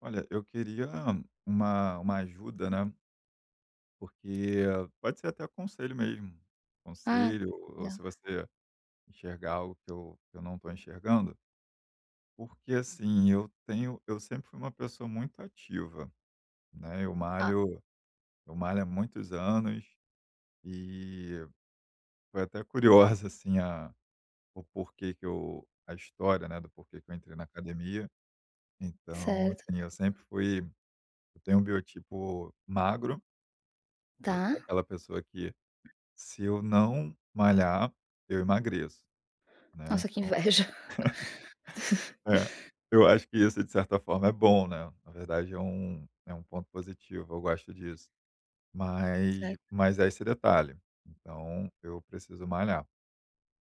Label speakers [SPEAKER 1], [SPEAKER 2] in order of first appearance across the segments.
[SPEAKER 1] Olha, eu queria uma ajuda, né? Porque pode ser até conselho mesmo.
[SPEAKER 2] Ah,
[SPEAKER 1] Conselho, ou
[SPEAKER 2] legal.
[SPEAKER 1] se você enxergar algo que eu não estou enxergando. Porque assim, eu sempre fui uma pessoa muito ativa, né?
[SPEAKER 2] Ah,
[SPEAKER 1] Eu malho há muitos anos e foi até curiosa assim a, o porquê que eu, a história, né, do porquê que eu entrei na academia. Então,
[SPEAKER 2] certo.
[SPEAKER 1] assim, eu tenho um biotipo magro,
[SPEAKER 2] Tá.
[SPEAKER 1] eu sou aquela pessoa que, se eu não malhar, eu emagreço, né,
[SPEAKER 2] Nossa, que
[SPEAKER 1] então
[SPEAKER 2] inveja.
[SPEAKER 1] é, eu acho que isso de certa forma é bom, né, na verdade é um ponto positivo, eu gosto disso. Mas
[SPEAKER 2] Certo.
[SPEAKER 1] mas é esse detalhe, então eu preciso malhar.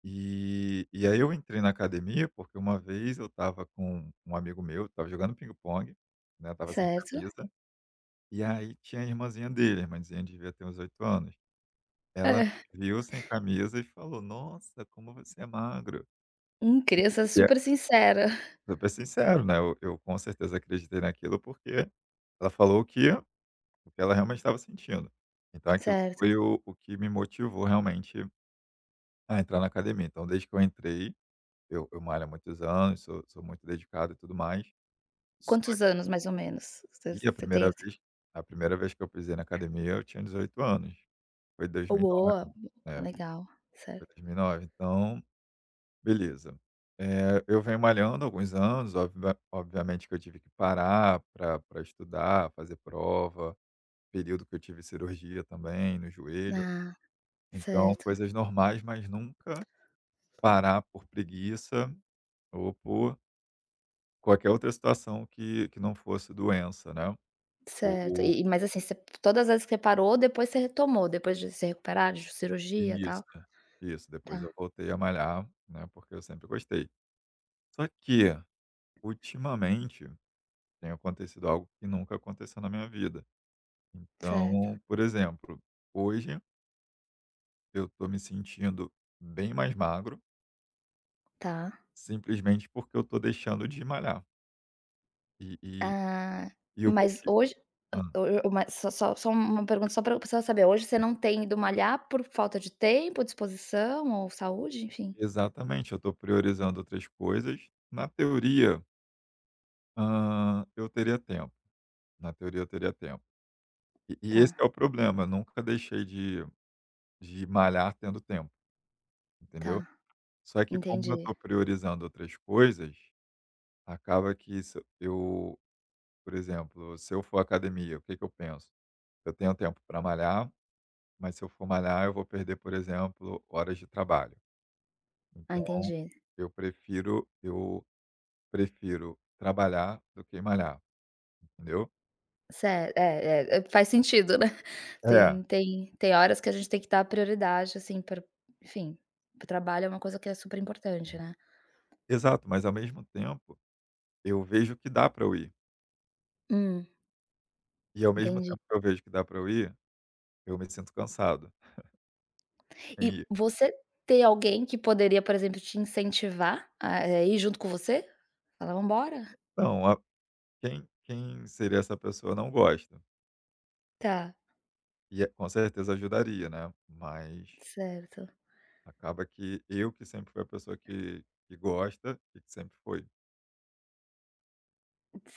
[SPEAKER 1] E aí eu entrei na academia, porque uma vez eu estava com um amigo meu, estava jogando pingue pong, né, tava sem
[SPEAKER 2] Certo.
[SPEAKER 1] camisa, e aí tinha a irmãzinha dele, a irmãzinha devia ter uns 8 anos. Ela me
[SPEAKER 2] É,
[SPEAKER 1] viu sem camisa e falou: "Nossa, como você é magro".
[SPEAKER 2] criança super sincera.
[SPEAKER 1] Super sincero, né, eu com certeza acreditei naquilo, porque ela falou o que ela realmente estava sentindo. Então aquilo
[SPEAKER 2] Certo.
[SPEAKER 1] foi o que me motivou realmente a entrar na academia. Então, desde que eu entrei, eu malho há muitos anos, sou muito dedicado e tudo mais, só
[SPEAKER 2] Quantos anos, mais ou menos, você
[SPEAKER 1] que
[SPEAKER 2] você tem, assim?
[SPEAKER 1] a primeira vez que eu pisei na academia eu tinha 18 anos, foi
[SPEAKER 2] Oh, boa,
[SPEAKER 1] 2009. É,
[SPEAKER 2] legal,
[SPEAKER 1] foi
[SPEAKER 2] certo.
[SPEAKER 1] em dois mil e nove. Então, beleza. Eu venho malhando há alguns anos, obviamente que eu tive que parar para estudar, fazer prova, período que eu tive cirurgia também no joelho,
[SPEAKER 2] Ah,
[SPEAKER 1] então
[SPEAKER 2] certo,
[SPEAKER 1] coisas normais, mas nunca parar por preguiça ou por qualquer outra situação que não fosse doença, né.
[SPEAKER 2] certo.
[SPEAKER 1] Ou
[SPEAKER 2] E mas, assim, você todas as vezes que você parou, depois você retomou, depois de se recuperar de cirurgia, e
[SPEAKER 1] isso,
[SPEAKER 2] tal?
[SPEAKER 1] isso, depois
[SPEAKER 2] Tá,
[SPEAKER 1] eu voltei a malhar, né, porque eu sempre gostei. Só que, ultimamente, tem acontecido algo que nunca aconteceu na minha vida.
[SPEAKER 2] certo.
[SPEAKER 1] Então, por exemplo, hoje eu estou me sentindo bem mais magro,
[SPEAKER 2] Tá.
[SPEAKER 1] simplesmente porque eu estou deixando de malhar. E, e,
[SPEAKER 2] Ah,
[SPEAKER 1] e o
[SPEAKER 2] mas
[SPEAKER 1] motivo.
[SPEAKER 2] hoje
[SPEAKER 1] Ah,
[SPEAKER 2] o mas só uma pergunta só pra saber, hoje você não tem ido malhar por falta de tempo, disposição ou saúde? Enfim.
[SPEAKER 1] exatamente, eu estou priorizando outras coisas. Na teoria, ah, eu teria tempo. Na teoria, eu teria tempo. E
[SPEAKER 2] Tá,
[SPEAKER 1] esse é o problema. Eu nunca deixei de malhar tendo tempo, entendeu?
[SPEAKER 2] tá,
[SPEAKER 1] Só que, como eu
[SPEAKER 2] entendi.
[SPEAKER 1] estou priorizando outras coisas, acaba que isso, eu, por exemplo, se eu for à academia, o que, que eu penso? Eu tenho tempo para malhar, mas se eu for malhar, eu vou perder, por exemplo, horas de trabalho.
[SPEAKER 2] Ah,
[SPEAKER 1] Então,
[SPEAKER 2] entendi.
[SPEAKER 1] eu prefiro trabalhar do que malhar, entendeu?
[SPEAKER 2] Cer é é, é, faz sentido, né.
[SPEAKER 1] É.
[SPEAKER 2] Tem horas que a gente tem que dar prioridade, assim, pra enfim, o trabalho é uma coisa que é super importante, né.
[SPEAKER 1] Exato, mas ao mesmo tempo, eu vejo que dá para eu ir.
[SPEAKER 2] Hum,
[SPEAKER 1] E, ao mesmo
[SPEAKER 2] entendi.
[SPEAKER 1] tempo que eu vejo que dá para eu ir, eu me sinto cansado em
[SPEAKER 2] E
[SPEAKER 1] ir.
[SPEAKER 2] você ter alguém que poderia, por exemplo, te incentivar a, ir junto com você? Falar: "Vamos embora?"
[SPEAKER 1] Não, a quem seria essa pessoa não gosta.
[SPEAKER 2] Tá.
[SPEAKER 1] E é, com certeza ajudaria, né, mas
[SPEAKER 2] Certo.
[SPEAKER 1] acaba que eu, que sempre fui a pessoa que gosta e que sempre foi.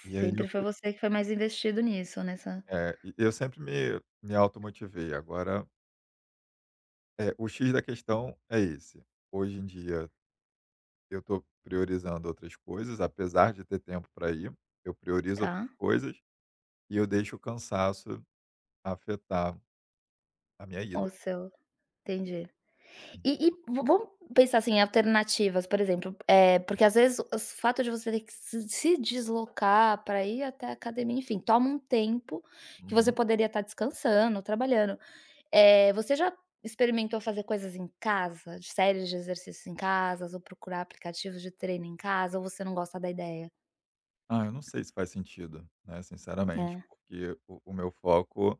[SPEAKER 1] E aí eu
[SPEAKER 2] Sempre foi
[SPEAKER 1] fui,
[SPEAKER 2] você que foi mais investido nisso, nessa
[SPEAKER 1] é, e eu sempre me automotivei. Agora, o X da questão é esse. Hoje em dia eu estou priorizando outras coisas, apesar de ter tempo para ir, eu priorizo outras
[SPEAKER 2] tá.
[SPEAKER 1] coisas e eu deixo o cansaço afetar a minha
[SPEAKER 2] O
[SPEAKER 1] ida.
[SPEAKER 2] seu entendi. E va vamos pensar, assim, em alternativas, por exemplo, é porque às vezes o fato de você ter que se deslocar para ir até a academia, enfim, toma um tempo que você
[SPEAKER 1] Uhum.
[SPEAKER 2] poderia estar descansando, trabalhando. É você já experimentou fazer coisas em casa? De séries de exercícios em casas ou procurar aplicativos de treino em casa ou você não gosta da ideia?
[SPEAKER 1] Ah, eu não sei se faz sentido, né, sinceramente,
[SPEAKER 2] É,
[SPEAKER 1] porque o meu foco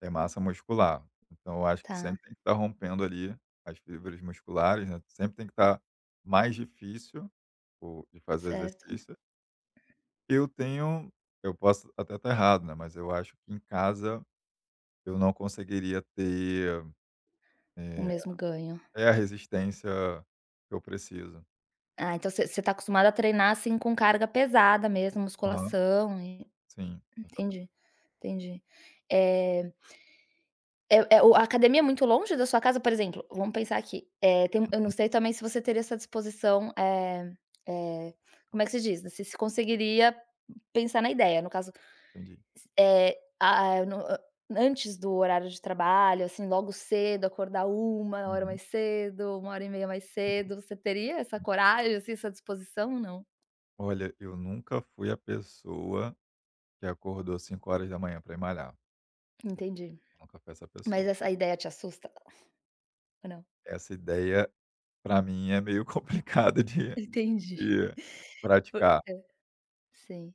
[SPEAKER 1] é massa muscular. Então eu acho que
[SPEAKER 2] tá,
[SPEAKER 1] sempre tem que estar rompendo ali as fibras musculares, né, sempre tem que estar mais difícil. Tipo, de fazer
[SPEAKER 2] certo.
[SPEAKER 1] exercício. Eu tenho eu posso até estar errado, né, mas eu acho que em casa eu não conseguiria ter,
[SPEAKER 2] O
[SPEAKER 1] eh,
[SPEAKER 2] mesmo ganho.
[SPEAKER 1] é a resistência que eu preciso.
[SPEAKER 2] Ah, então você você tá acostumada a treinar, assim, com carga pesada mesmo,
[SPEAKER 1] Aham,
[SPEAKER 2] musculação e
[SPEAKER 1] sim, exatamente.
[SPEAKER 2] entendi, entendi. Eh, É é o a academia é muito longe da sua casa? Por exemplo, vamos pensar aqui, tem eu não
[SPEAKER 1] Hum,
[SPEAKER 2] sei também se você teria essa disposição, eh, como é que se diz? Se se conseguiria pensar na ideia, no caso,
[SPEAKER 1] entendi.
[SPEAKER 2] a no antes do horário de trabalho, assim, logo cedo, acordar uma hora
[SPEAKER 1] Uhum.
[SPEAKER 2] mais cedo, uma hora e meia mais cedo, você teria essa
[SPEAKER 1] Hum.
[SPEAKER 2] coragem, assim, essa disposição ou não?
[SPEAKER 1] Olha, eu nunca fui a pessoa que acordou 5 horas da manhã para ir malhar,
[SPEAKER 2] Entendi.
[SPEAKER 1] eu nunca fui essa
[SPEAKER 2] Mas
[SPEAKER 1] pessoa.
[SPEAKER 2] essa ideia te assusta ou não?
[SPEAKER 1] Essa ideia para mim é meio complicada de
[SPEAKER 2] Entendi.
[SPEAKER 1] de
[SPEAKER 2] Foi
[SPEAKER 1] praticar.
[SPEAKER 2] é, sim.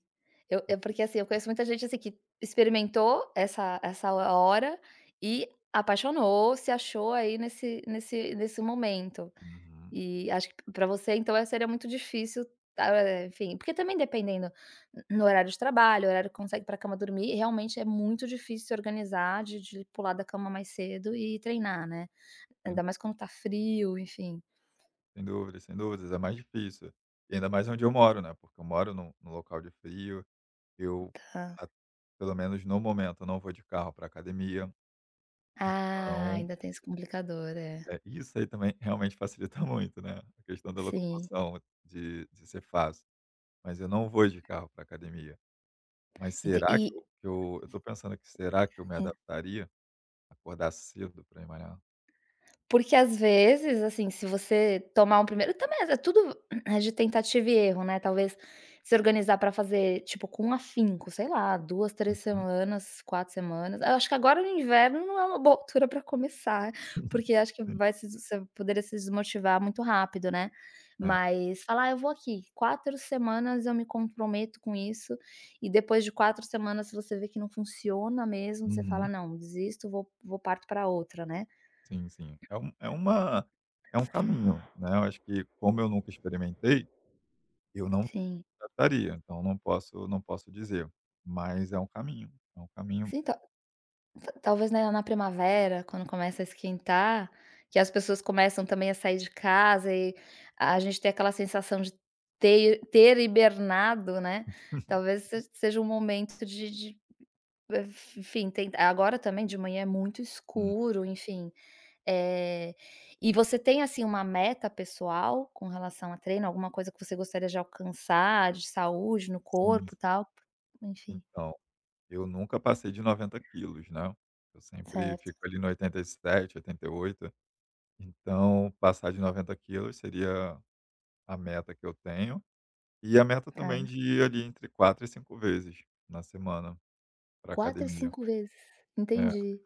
[SPEAKER 2] Eu porque, assim, eu conheço muita gente, assim, que experimentou essa essa hora e apaixonou, se achou aí nesse momento.
[SPEAKER 1] Uhum.
[SPEAKER 2] E acho que para você, então, seria muito difícil, ah, enfim, porque também dependendo no horário de trabalho, horário que consegue para pra cama dormir, realmente é muito difícil se organizar de pular da cama mais cedo e treinar, né. Ainda mais quando tá frio, enfim,
[SPEAKER 1] Sem dúvidas, sem dúvidas, é mais difícil. E ainda mais onde eu moro, né, porque eu moro num local de frio, eu,
[SPEAKER 2] tá.
[SPEAKER 1] a, pelo menos no momento, não vou de carro para academia,
[SPEAKER 2] Ah,
[SPEAKER 1] então,
[SPEAKER 2] ainda tem esse complicador, é.
[SPEAKER 1] isso aí também realmente facilita muito, né, a questão da
[SPEAKER 2] Sim.
[SPEAKER 1] locomoção, de ser fácil. Mas eu não vou de carro para academia. Mas
[SPEAKER 2] Ente
[SPEAKER 1] será
[SPEAKER 2] e
[SPEAKER 1] que eu, que eu tô pensando, que será que eu me adaptaria? A Acordar cedo para ir malhar?
[SPEAKER 2] porque às vezes, assim, se você tomar um primeiro também é tudo é de tentativa e erro, né, talvez se organizar para fazer, tipo, com afinco, sei lá, 2 três
[SPEAKER 1] Uhum.
[SPEAKER 2] semanas, 4 semanas. Eu acho que agora no inverno não é uma boa altura para começar, porque acho que
[SPEAKER 1] Sim,
[SPEAKER 2] vai se você poderia se desmotivar muito rápido, né.
[SPEAKER 1] é.
[SPEAKER 2] Mas falar: "Ah, eu vou aqui, 4 semanas eu me comprometo com isso", e depois de 4 semanas, se você vê que não funciona mesmo, você fala:
[SPEAKER 1] Uhum.
[SPEAKER 2] "Não, desisto, vou parto para outra", né.
[SPEAKER 1] Sim, sim. É um é uma é um caminho, né, eu acho que como eu nunca experimentei, eu não
[SPEAKER 2] Sim.
[SPEAKER 1] trataria, então não posso dizer, mas é um caminho, é um caminho.
[SPEAKER 2] Sim, ta ta talvez na na primavera, quando começa a esquentar, que as pessoas começam também a sair de casa e a gente tem aquela sensação de ter hibernado, né, talvez se seja um momento de, eh, enfim, tem agora também de manhã é muito
[SPEAKER 1] Hum,
[SPEAKER 2] escuro, enfim, eh, e você tem, assim, uma meta pessoal com relação a treino, alguma coisa que você gostaria de alcançar, de saúde no
[SPEAKER 1] sim,
[SPEAKER 2] corpo,
[SPEAKER 1] sim.
[SPEAKER 2] tal? Enfim,
[SPEAKER 1] Então, eu nunca passei de 90 quilos, né, eu sempre
[SPEAKER 2] certo,
[SPEAKER 1] fico ali no oitenta, oitenta e sete, oitenta e oito, então passar de 90 quilos seria a meta que eu tenho, e a meta também
[SPEAKER 2] tá.
[SPEAKER 1] de ir ali entre 4 e 5 vezes na semana para
[SPEAKER 2] Quatro e
[SPEAKER 1] academia.
[SPEAKER 2] cinco vezes,
[SPEAKER 1] É,
[SPEAKER 2] entendi.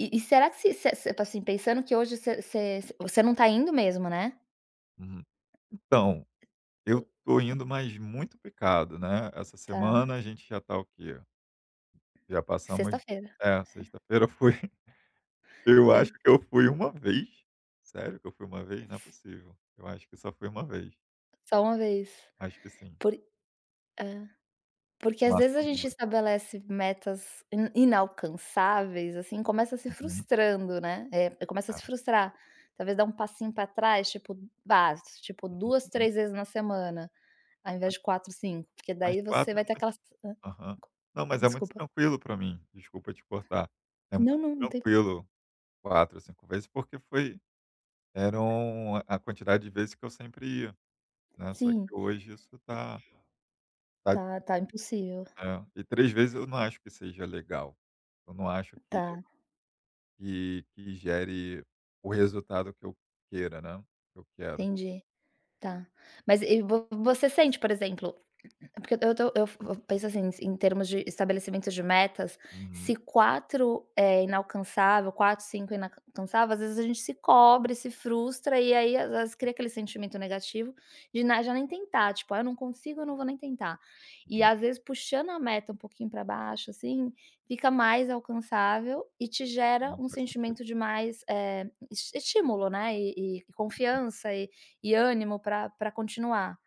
[SPEAKER 2] E será que se tipo assim, pensando que hoje você não tá indo mesmo, né?
[SPEAKER 1] uhum. Então, eu
[SPEAKER 2] Eu-
[SPEAKER 1] tô indo, mas muito picado, né. Essa
[SPEAKER 2] tá,
[SPEAKER 1] semana a gente já tá o quê? Já passamos,
[SPEAKER 2] sexta-feira.
[SPEAKER 1] é, sexta-feira foi, eu acho
[SPEAKER 2] Sim.
[SPEAKER 1] que eu fui uma vez. Sério que eu fui uma vez? Não é possível. Eu acho que só fui uma vez.
[SPEAKER 2] Só uma vez.
[SPEAKER 1] Acho que sim,
[SPEAKER 2] Por hã, porque às
[SPEAKER 1] no
[SPEAKER 2] vezes a
[SPEAKER 1] máximo
[SPEAKER 2] gente
[SPEAKER 1] 2.
[SPEAKER 2] estabelece metas in inalcançáveis, assim, começa se
[SPEAKER 1] Uhum.
[SPEAKER 2] frustrando, né, é, é, começa a
[SPEAKER 1] É.
[SPEAKER 2] se frustrar. Talvez dar um passinho pra trás, tipo, ah, tipo 2
[SPEAKER 1] Uhum.
[SPEAKER 2] três vezes na semana, ao invés
[SPEAKER 1] Mas
[SPEAKER 2] de 4 5, porque
[SPEAKER 1] mas
[SPEAKER 2] daí você
[SPEAKER 1] 4 é
[SPEAKER 2] vai ter
[SPEAKER 1] muito.
[SPEAKER 2] aquela
[SPEAKER 1] Aham. Não, mas é muito
[SPEAKER 2] desculpa.
[SPEAKER 1] tranquilo pra mim, desculpa te cortar. É
[SPEAKER 2] Não,
[SPEAKER 1] muito
[SPEAKER 2] não, não tem
[SPEAKER 1] tranquilo 4, 5 vezes, porque foi, eram a quantidade de vezes que eu sempre ia, né, só que
[SPEAKER 2] sim,
[SPEAKER 1] hoje isso tá.
[SPEAKER 2] tá impossível.
[SPEAKER 1] É, e 3 vezes eu não acho que seja legal. Eu não acho
[SPEAKER 2] Tá,
[SPEAKER 1] que gere o resultado que eu queira, né, que eu quero.
[SPEAKER 2] entendi, tá. Mas e vo você sente, por exemplo, é porque eu tô eu penso assim, em termos de estabelecimento de metas, se
[SPEAKER 1] Uhum,
[SPEAKER 2] 4 é inalcançável, 4 5 é inalcançável, às vezes a gente se cobra se frustra, e aí às vezes cria aquele sentimento negativo de na já nem tentar, tipo: "Ah, eu não consigo, eu não vou nem tentar". E
[SPEAKER 1] entendi.
[SPEAKER 2] às vezes puxando a meta um pouquinho para baixo, assim, fica mais alcançável e te gera um
[SPEAKER 1] Faz sentido.
[SPEAKER 2] sentimento de mais, es estímulo, né, e
[SPEAKER 1] Hum,
[SPEAKER 2] confiança e ânimo para pra continuar.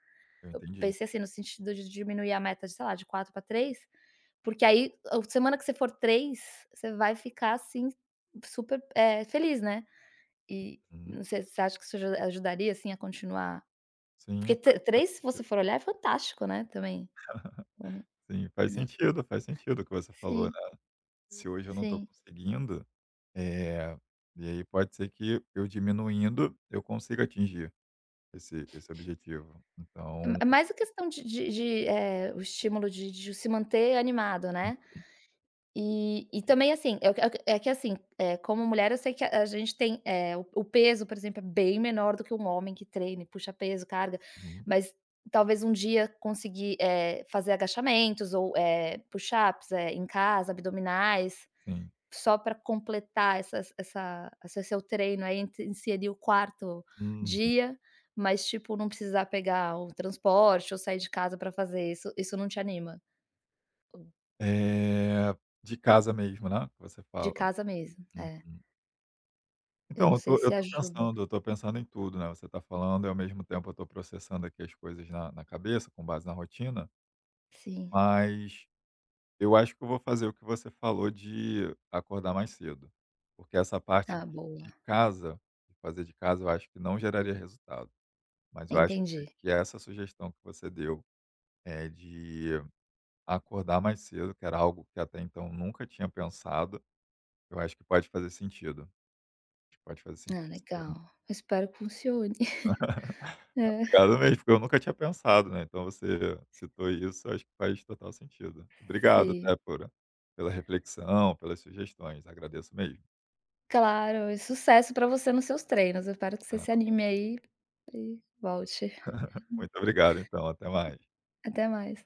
[SPEAKER 1] eu entendi.
[SPEAKER 2] Pensei assim, no sentido de diminuir a meta de, sei lá, de 4 para 3 porque aí a semana que você for 3 você vai ficar assim super, feliz, né. E
[SPEAKER 1] Uhum.
[SPEAKER 2] não sei, você acha que isso aju ajudaria, assim, a continuar? Porque
[SPEAKER 1] Sim,
[SPEAKER 2] tre
[SPEAKER 1] faz
[SPEAKER 2] três, se você
[SPEAKER 1] sentido.
[SPEAKER 2] for olhar, é fantástico, né, também. Ou não?
[SPEAKER 1] Sim,
[SPEAKER 2] Não.
[SPEAKER 1] faz sentido o que você falou,
[SPEAKER 2] Sim,
[SPEAKER 1] né. Se hoje eu não estou
[SPEAKER 2] sim.
[SPEAKER 1] conseguindo, eh, e aí pode ser que, eu diminuindo, eu consiga atingir esse objetivo.
[SPEAKER 2] É ma-
[SPEAKER 1] Então,
[SPEAKER 2] é mais a questão de, o estímulo de se manter animado, né. E também, assim, é o que é assim, como mulher eu sei que a gente tem, o peso, por exemplo, é bem menor do que um homem que treine, puxa peso, carga,
[SPEAKER 1] uhum,
[SPEAKER 2] mas talvez um dia conseguir, fazer agachamentos ou, push-ups, em casa, abdominais,
[SPEAKER 1] sim.
[SPEAKER 2] só para completar essas essa esse seu treino aí, int inserir o quarto
[SPEAKER 1] Hum.
[SPEAKER 2] dia, mas, tipo, não precisar pegar o transporte ou sair de casa para fazer isso, isso não te anima?
[SPEAKER 1] Eh, de casa mesmo, né, que você
[SPEAKER 2] De
[SPEAKER 1] fala.
[SPEAKER 2] casa mesmo, é.
[SPEAKER 1] Uhum.
[SPEAKER 2] Eu
[SPEAKER 1] Então,
[SPEAKER 2] não sei se ajuda.
[SPEAKER 1] eu tô pensando em tudo, né, você tá falando e ao mesmo tempo eu tô processando aqui as coisas na cabeça, com base na rotina,
[SPEAKER 2] Sim.
[SPEAKER 1] mas eu acho que eu vou fazer o que você falou, de acordar mais cedo, porque essa parte
[SPEAKER 2] Ah,
[SPEAKER 1] de
[SPEAKER 2] boa.
[SPEAKER 1] casa, de fazer de casa, eu acho que não geraria resultado, mas eu acho
[SPEAKER 2] Entendi.
[SPEAKER 1] que essa sugestão que você deu, é de acordar mais cedo, que era algo que até então nunca tinha pensado. Eu acho que pode fazer sentido. Acho que pode fazer
[SPEAKER 2] Ah,
[SPEAKER 1] sentido, sim,
[SPEAKER 2] legal.
[SPEAKER 1] também.
[SPEAKER 2] Eu espero que funcione. É,
[SPEAKER 1] Obrigado mesmo, porque eu nunca tinha pensado, né, então você citou isso, acho que faz total sentido. Obrigado
[SPEAKER 2] sim.
[SPEAKER 1] até por pela reflexão, pelas sugestões, agradeço mesmo.
[SPEAKER 2] Claro, e sucesso para você nos seus treinos. Eu espero que você
[SPEAKER 1] Ah,
[SPEAKER 2] se anime aí e volte.
[SPEAKER 1] muito obrigado, então, até mais.
[SPEAKER 2] Até mais.